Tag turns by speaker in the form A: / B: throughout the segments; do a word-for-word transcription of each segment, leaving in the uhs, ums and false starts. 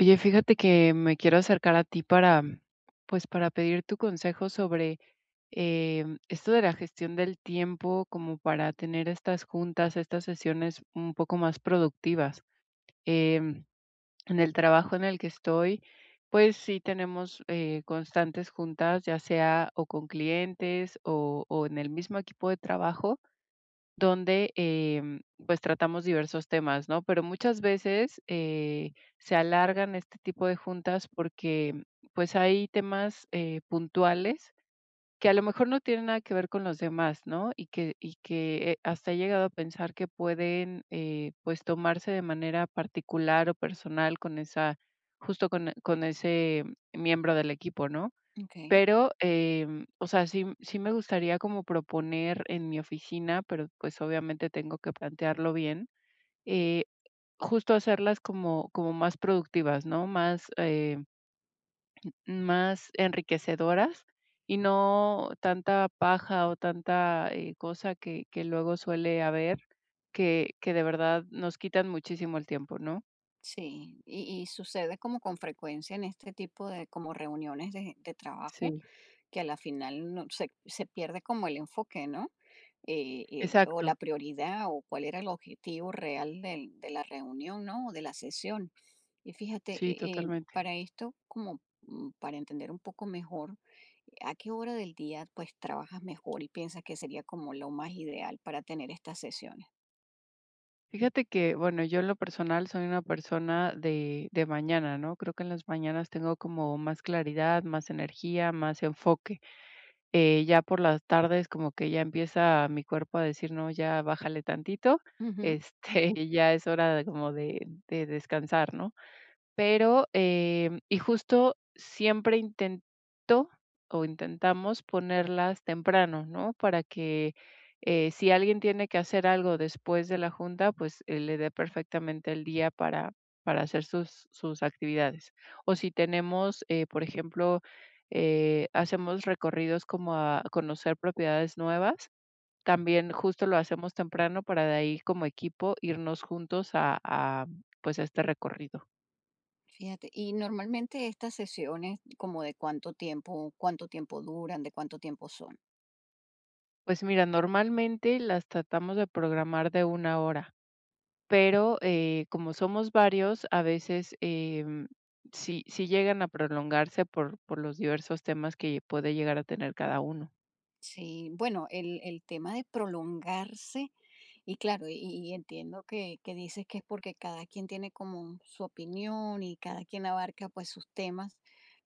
A: Oye, fíjate que me quiero acercar a ti para, pues, para pedir tu consejo sobre em, esto de la gestión del tiempo, como para tener estas juntas, estas sesiones un poco más productivas. Em, en el trabajo en el que estoy, pues sí tenemos eh, constantes juntas, ya sea o con clientes o, o en el mismo equipo de trabajo donde, em, pues, tratamos diversos temas, ¿no? Pero muchas veces, eh, se alargan este tipo de juntas porque, pues, hay temas, eh, puntuales que a lo mejor no tienen nada que ver con los demás, ¿no? Y que y que, eh, hasta he llegado a pensar que pueden, eh, pues, tomarse de manera particular o personal con esa justo con con ese miembro del equipo, ¿no?
B: Okey,
A: Pero, em, o sea, sí sí me gustaría como proponer en mi oficina, pero, pues, obviamente tengo que plantearlo bien, eh, justo hacerlas como como más productivas, ¿no? Más, eh, más enriquecedoras y no tanta paja o tanta, eh, cosa que que luego suele haber, que que de verdad nos quitan muchísimo el tiempo, ¿no?
B: sí, y y sucede como con frecuencia en este tipo de como reuniones de de trabajo,
A: Sí,
B: que a la final no se se pierde como el enfoque, ¿no? Eh, eh, o la
A: exacto.
B: prioridad, o cuál era el objetivo real del de la reunión, ¿no? O de la sesión. Y fíjate,
A: Sí,
B: eh, eh,
A: totalmente.
B: para esto, como, mm, para entender un poco mejor, ¿a qué hora del día, pues, trabajas mejor y piensas que sería como lo más ideal para tener estas sesiones?
A: Fíjate que, bueno, yo en lo personal soy una persona de, de mañana, ¿no? Creo que en las mañanas tengo como más claridad, más energía, más enfoque. Eh, ya por las tardes como que ya empieza mi cuerpo a decir, no, ya bájale tantito,
B: Ujú.
A: este, ya es hora de, como de, de descansar, ¿no? Pero, em, y justo siempre intento o intentamos ponerlas temprano, ¿no? Para que, eh, si alguien tiene que hacer algo después de la junta, pues, eh, le dé perfectamente el día para para hacer sus sus actividades. O si tenemos, eh, por ejemplo, eh, hacemos recorridos como a conocer propiedades nuevas, también justo lo hacemos temprano para de ahí como equipo irnos juntos a a, pues, a este recorrido.
B: Fíjate, y normalmente estas sesiones, como de cuánto tiempo, cuánto tiempo duran, de cuánto tiempo son.
A: Pues mira, normalmente las tratamos de programar de una hora, pero eh, como somos varios, a veces em, sí, sí llegan a prolongarse por, por los diversos temas que puede llegar a tener cada uno.
B: Sí, bueno, el, el tema de prolongarse, y claro, y, y entiendo que, que dices que es porque cada quien tiene como su opinión y cada quien abarca pues sus temas,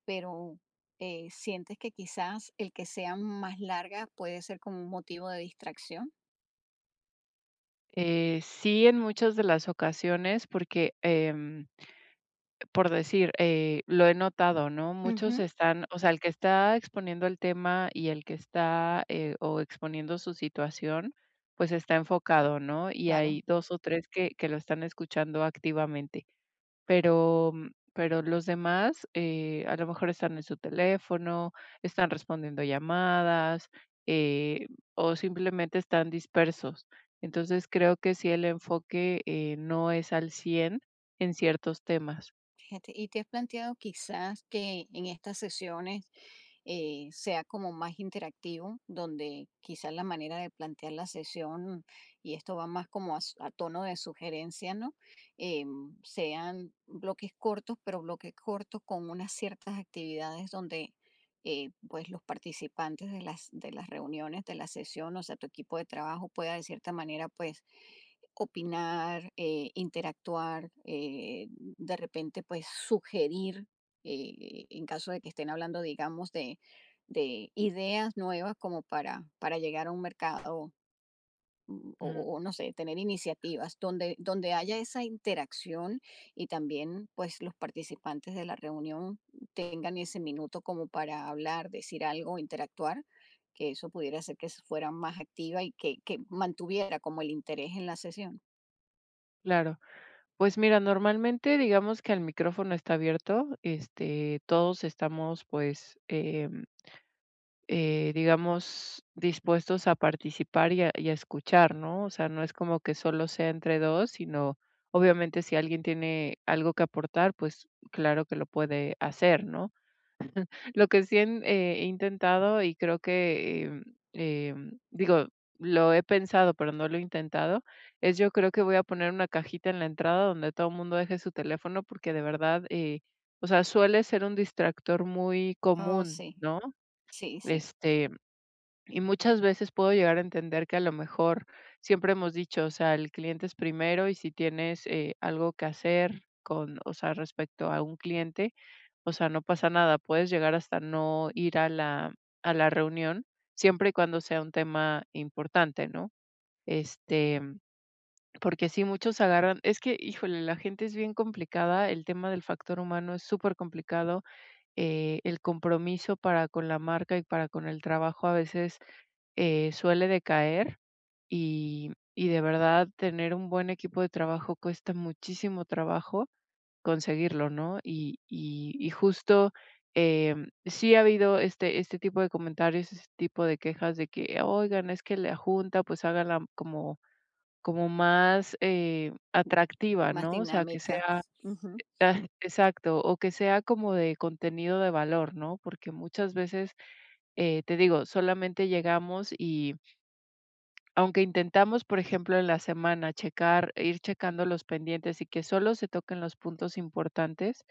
B: pero eh, ¿sientes que quizás el que sean más largas puede ser como un motivo de distracción?
A: Eh, sí, en muchas de las ocasiones, porque em, por decir, eh, lo he notado, ¿no? Muchos
B: Ujú,
A: están, o sea, el que está exponiendo el tema y el que está eh, o exponiendo su situación, pues está enfocado, ¿no? Y
B: claro.
A: hay dos o tres que, que lo están escuchando activamente, pero, mm, pero los demás eh, a lo mejor están en su teléfono, están respondiendo llamadas eh, o simplemente están dispersos. Entonces creo que si el enfoque eh, no es al cien en ciertos temas.
B: Fíjate, ¿y te has planteado quizás que en estas sesiones eh, sea como más interactivo, donde quizás la manera de plantear la sesión, y esto va más como a, s- a tono de sugerencia, ¿no? Em, sean bloques cortos, pero bloques cortos con unas ciertas actividades donde eh, pues los participantes de las, de las reuniones, de la sesión, o sea, tu equipo de trabajo pueda de cierta manera pues opinar, eh, interactuar, eh, de repente, pues sugerir, eh, en caso de que estén hablando, digamos, de, de ideas nuevas como para, para llegar a un mercado mm, o,
A: Mm.
B: o- no sé, tener iniciativas donde, donde haya esa interacción y también pues los participantes de la reunión tengan ese minuto como para hablar, decir algo, interactuar, que eso pudiera hacer que se fuera más activa y que, que mantuviera como el interés en la sesión.
A: Claro. Pues mira, normalmente digamos que el micrófono está abierto, este, todos estamos pues, em, eh, digamos, dispuestos a participar y a, y a escuchar, ¿no? O sea, no es como que solo sea entre dos, sino obviamente si alguien tiene algo que aportar, pues claro que lo puede hacer, ¿no? Lo que sí en eh, he intentado y creo que, em, em, digo, lo he pensado, pero no lo he intentado, es yo creo que voy a poner una cajita en la entrada donde todo el mundo deje su teléfono, porque de verdad, eh, o sea, suele ser un distractor muy
B: Oh,
A: común,
B: sí,
A: ¿no?
B: sí, sí,
A: Este y muchas veces puedo llegar a entender que a lo mejor siempre hemos dicho, o sea, el cliente es primero y si tienes eh, algo que hacer con, o sea, respecto a un cliente, o sea, no pasa nada, puedes llegar hasta no ir a la, a la reunión, siempre y cuando sea un tema importante, ¿no? Este, porque sí muchos agarran, es que, híjole, la gente es bien complicada, el tema del factor humano es súper complicado, eh, el compromiso para con la marca y para con el trabajo a veces eh, suele decaer y, y de verdad tener un buen equipo de trabajo cuesta muchísimo trabajo conseguirlo, ¿no? Y, y, y justo em, sí ha habido este, este tipo de comentarios, este tipo de quejas de que, oigan, es que la junta pues hágala como, como más eh, atractiva,
B: más
A: ¿no? O sea, que
B: dinámica.
A: sea,
B: Ujú.
A: ah, exacto, o que sea como de contenido de valor, ¿no? Porque muchas veces, eh, te digo, solamente llegamos y aunque intentamos, por ejemplo, en la semana checar ir checando los pendientes y que solo se toquen los puntos importantes,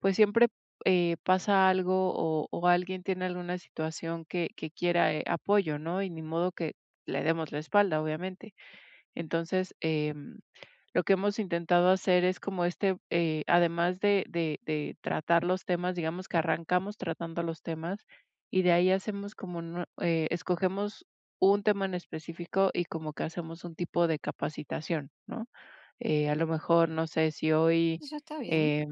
A: pues siempre, eh, pasa algo o o alguien tiene alguna situación que que quiera, eh, apoyo, ¿no? Y ni modo que le demos la espalda, obviamente. Entonces, em lo que hemos intentado hacer es como este, eh, además de de de tratar los temas, digamos que arrancamos tratando los temas, y de ahí hacemos como no eh, escogemos un tema en específico y como que hacemos un tipo de capacitación, ¿no? Eh, a lo mejor, no sé, si hoy,
B: Eso está bien,
A: eh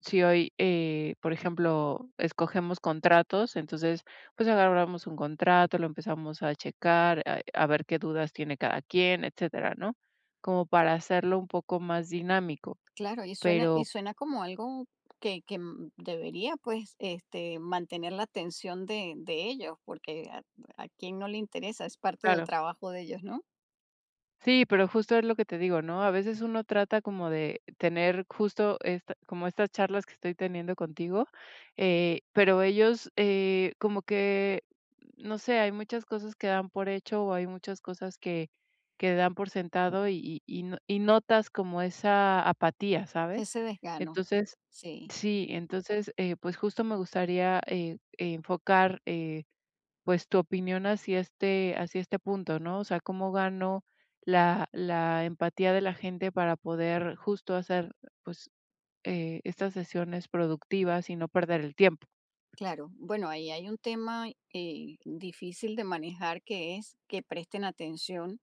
A: si hoy, eh, por ejemplo, escogemos contratos, entonces, pues agarramos un contrato, lo empezamos a checar, a, a ver qué dudas tiene cada quien, etcétera, ¿no? Como para hacerlo un poco más dinámico,
B: claro, y suena, y
A: pero
B: suena como algo que, que m- debería pues este, mantener la atención de, de ellos, porque a, a quien no le interesa, es parte del
A: claro.
B: trabajo de ellos, ¿no?
A: Sí, pero justo es lo que te digo, ¿no? A veces uno trata como de tener justo esta, como estas charlas que estoy teniendo contigo, eh, pero ellos eh, como que, no sé, hay muchas cosas que dan por hecho o hay muchas cosas que, que dan por sentado y, y, y no- y notas como esa apatía, ¿sabes?
B: Ese desgano,
A: Entonces,
B: sí,
A: sí, entonces, eh, pues justo me gustaría eh, enfocar... eh, pues, tu opinión hacia este hacia este punto, ¿no? O sea, ¿cómo gano la la empatía de la gente para poder justo hacer, pues, eh, estas sesiones productivas y no perder el tiempo?
B: claro. Bueno, ahí hay un tema eh, difícil de manejar que es que presten atención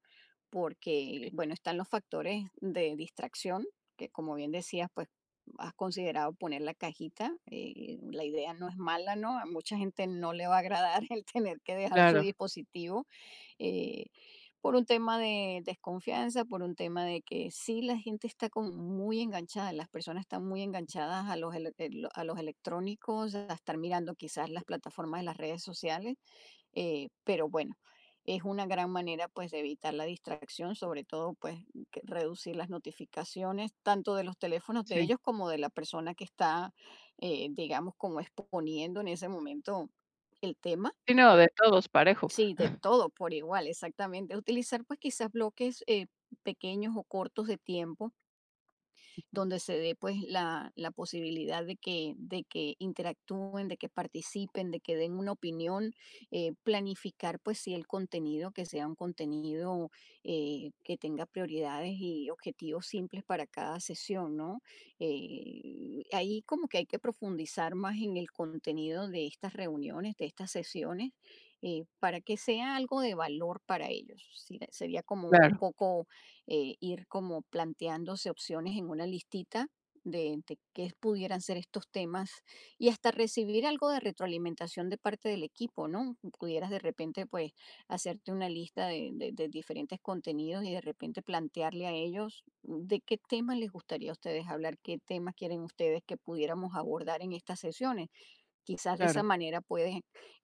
B: porque, bueno, están los factores de distracción, que como bien decías, pues has considerado poner la cajita. Eh, la idea no es mala, ¿no? A mucha gente no le va a agradar el tener que dejar su
A: Claro,
B: dispositivo eh, por un tema de desconfianza, por un tema de que sí, la gente está como muy enganchada, las personas están muy enganchadas a los, ele- el- a los electrónicos, a estar mirando quizás las plataformas de las redes sociales eh, pero bueno, es una gran manera pues de evitar la distracción, sobre todo pues que- reducir las notificaciones tanto de los teléfonos de
A: sí.
B: ellos como de la persona que está, eh, digamos, como exponiendo en ese momento el tema.
A: Sí, no, de todos parejo.
B: Sí, de todo por igual, exactamente. Utilizar pues quizás bloques eh, pequeños o cortos de tiempo
A: Ujú.
B: donde se dé pues la, la posibilidad de que, de que interactúen, de que participen, de que den una opinión, eh, planificar pues sí el contenido, que sea un contenido eh, que tenga prioridades y objetivos simples para cada sesión, ¿no? Eh, ahí como que hay que profundizar más en el contenido de estas reuniones, de estas sesiones, eh, para que sea algo de valor para ellos. Sí, sería como un
A: Claro,
B: poco eh, ir como planteándose opciones en una listita de, de qué pudieran ser estos temas y hasta recibir algo de retroalimentación de parte del equipo, ¿no? Pudieras de repente pues hacerte una lista de, de- de diferentes contenidos y de repente plantearle a ellos de qué temas les gustaría a ustedes hablar, qué temas quieren ustedes que pudiéramos abordar en estas sesiones. Quizás de esa
A: claro,
B: manera puedes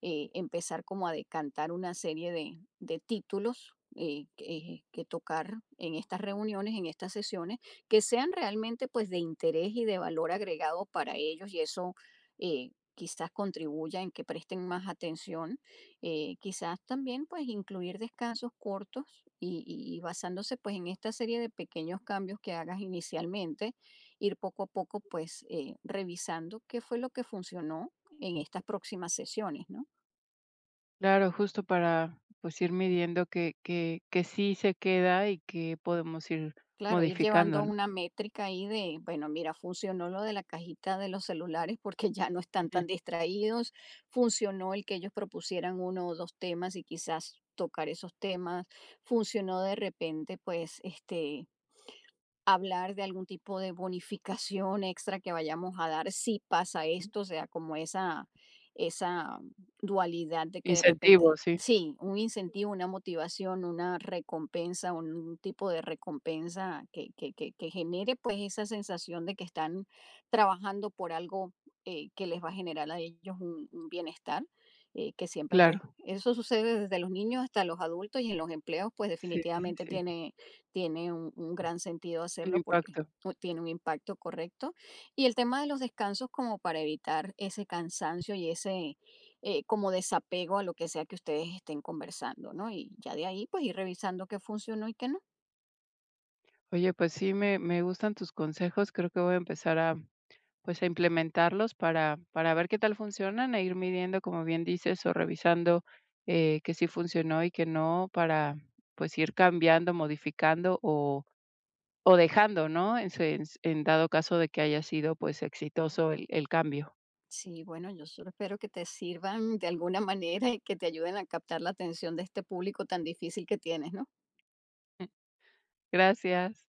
B: eh, empezar como a decantar una serie de, de títulos eh, que, que tocar en estas reuniones, en estas sesiones, que sean realmente pues de interés y de valor agregado para ellos y eso eh, quizás contribuya en que presten más atención. Eh, quizás también pues incluir descansos cortos y, y- y basándose pues en esta serie de pequeños cambios que hagas inicialmente, ir poco a poco pues eh, revisando qué fue lo que funcionó en estas próximas sesiones, ¿no?
A: claro, justo para, pues, ir midiendo que que que sí se queda y que podemos ir
B: Claro, ir llevando
A: modificando, ¿no?
B: una métrica ahí de, bueno, mira, funcionó lo de la cajita de los celulares porque ya no están
A: Ujú.
B: tan distraídos, funcionó el que ellos propusieran uno o dos temas y quizás tocar esos temas, funcionó de repente, pues, este, hablar de algún tipo de bonificación extra que vayamos a dar si pasa esto, o sea, como esa, esa dualidad de que de repente,
A: Incentivo, sí.
B: sí, un incentivo, una motivación, una recompensa, un tipo de recompensa que, que, que, que genere pues esa sensación de que están trabajando por algo eh, que les va a generar a ellos un, un bienestar, eh, que siempre pues
A: Claro,
B: eso sucede desde los niños hasta los adultos y en los empleos pues
A: sí, sí,
B: definitivamente
A: sí,
B: tiene tiene un, un gran sentido
A: un
B: hacerlo porque
A: impacto.
B: u- tiene un impacto correcto. Y el tema de los descansos como para evitar ese cansancio y ese eh, como desapego a lo que sea que ustedes estén conversando, ¿no? Y ya de ahí pues ir revisando qué funcionó y qué no.
A: Oye, pues sí, me, me gustan tus consejos. Creo que voy a empezar a, pues, a implementarlos para, para ver qué tal funcionan e ir midiendo, como bien dices, o revisando eh, que sí funcionó y que no, para pues ir cambiando, modificando o, o dejando, ¿no? En, su- en, en dado caso de que haya sido pues exitoso el, el cambio.
B: Sí, bueno, yo solo espero que te sirvan de alguna manera y que te ayuden a captar la atención de este público tan difícil que tienes, ¿no?
A: Gracias.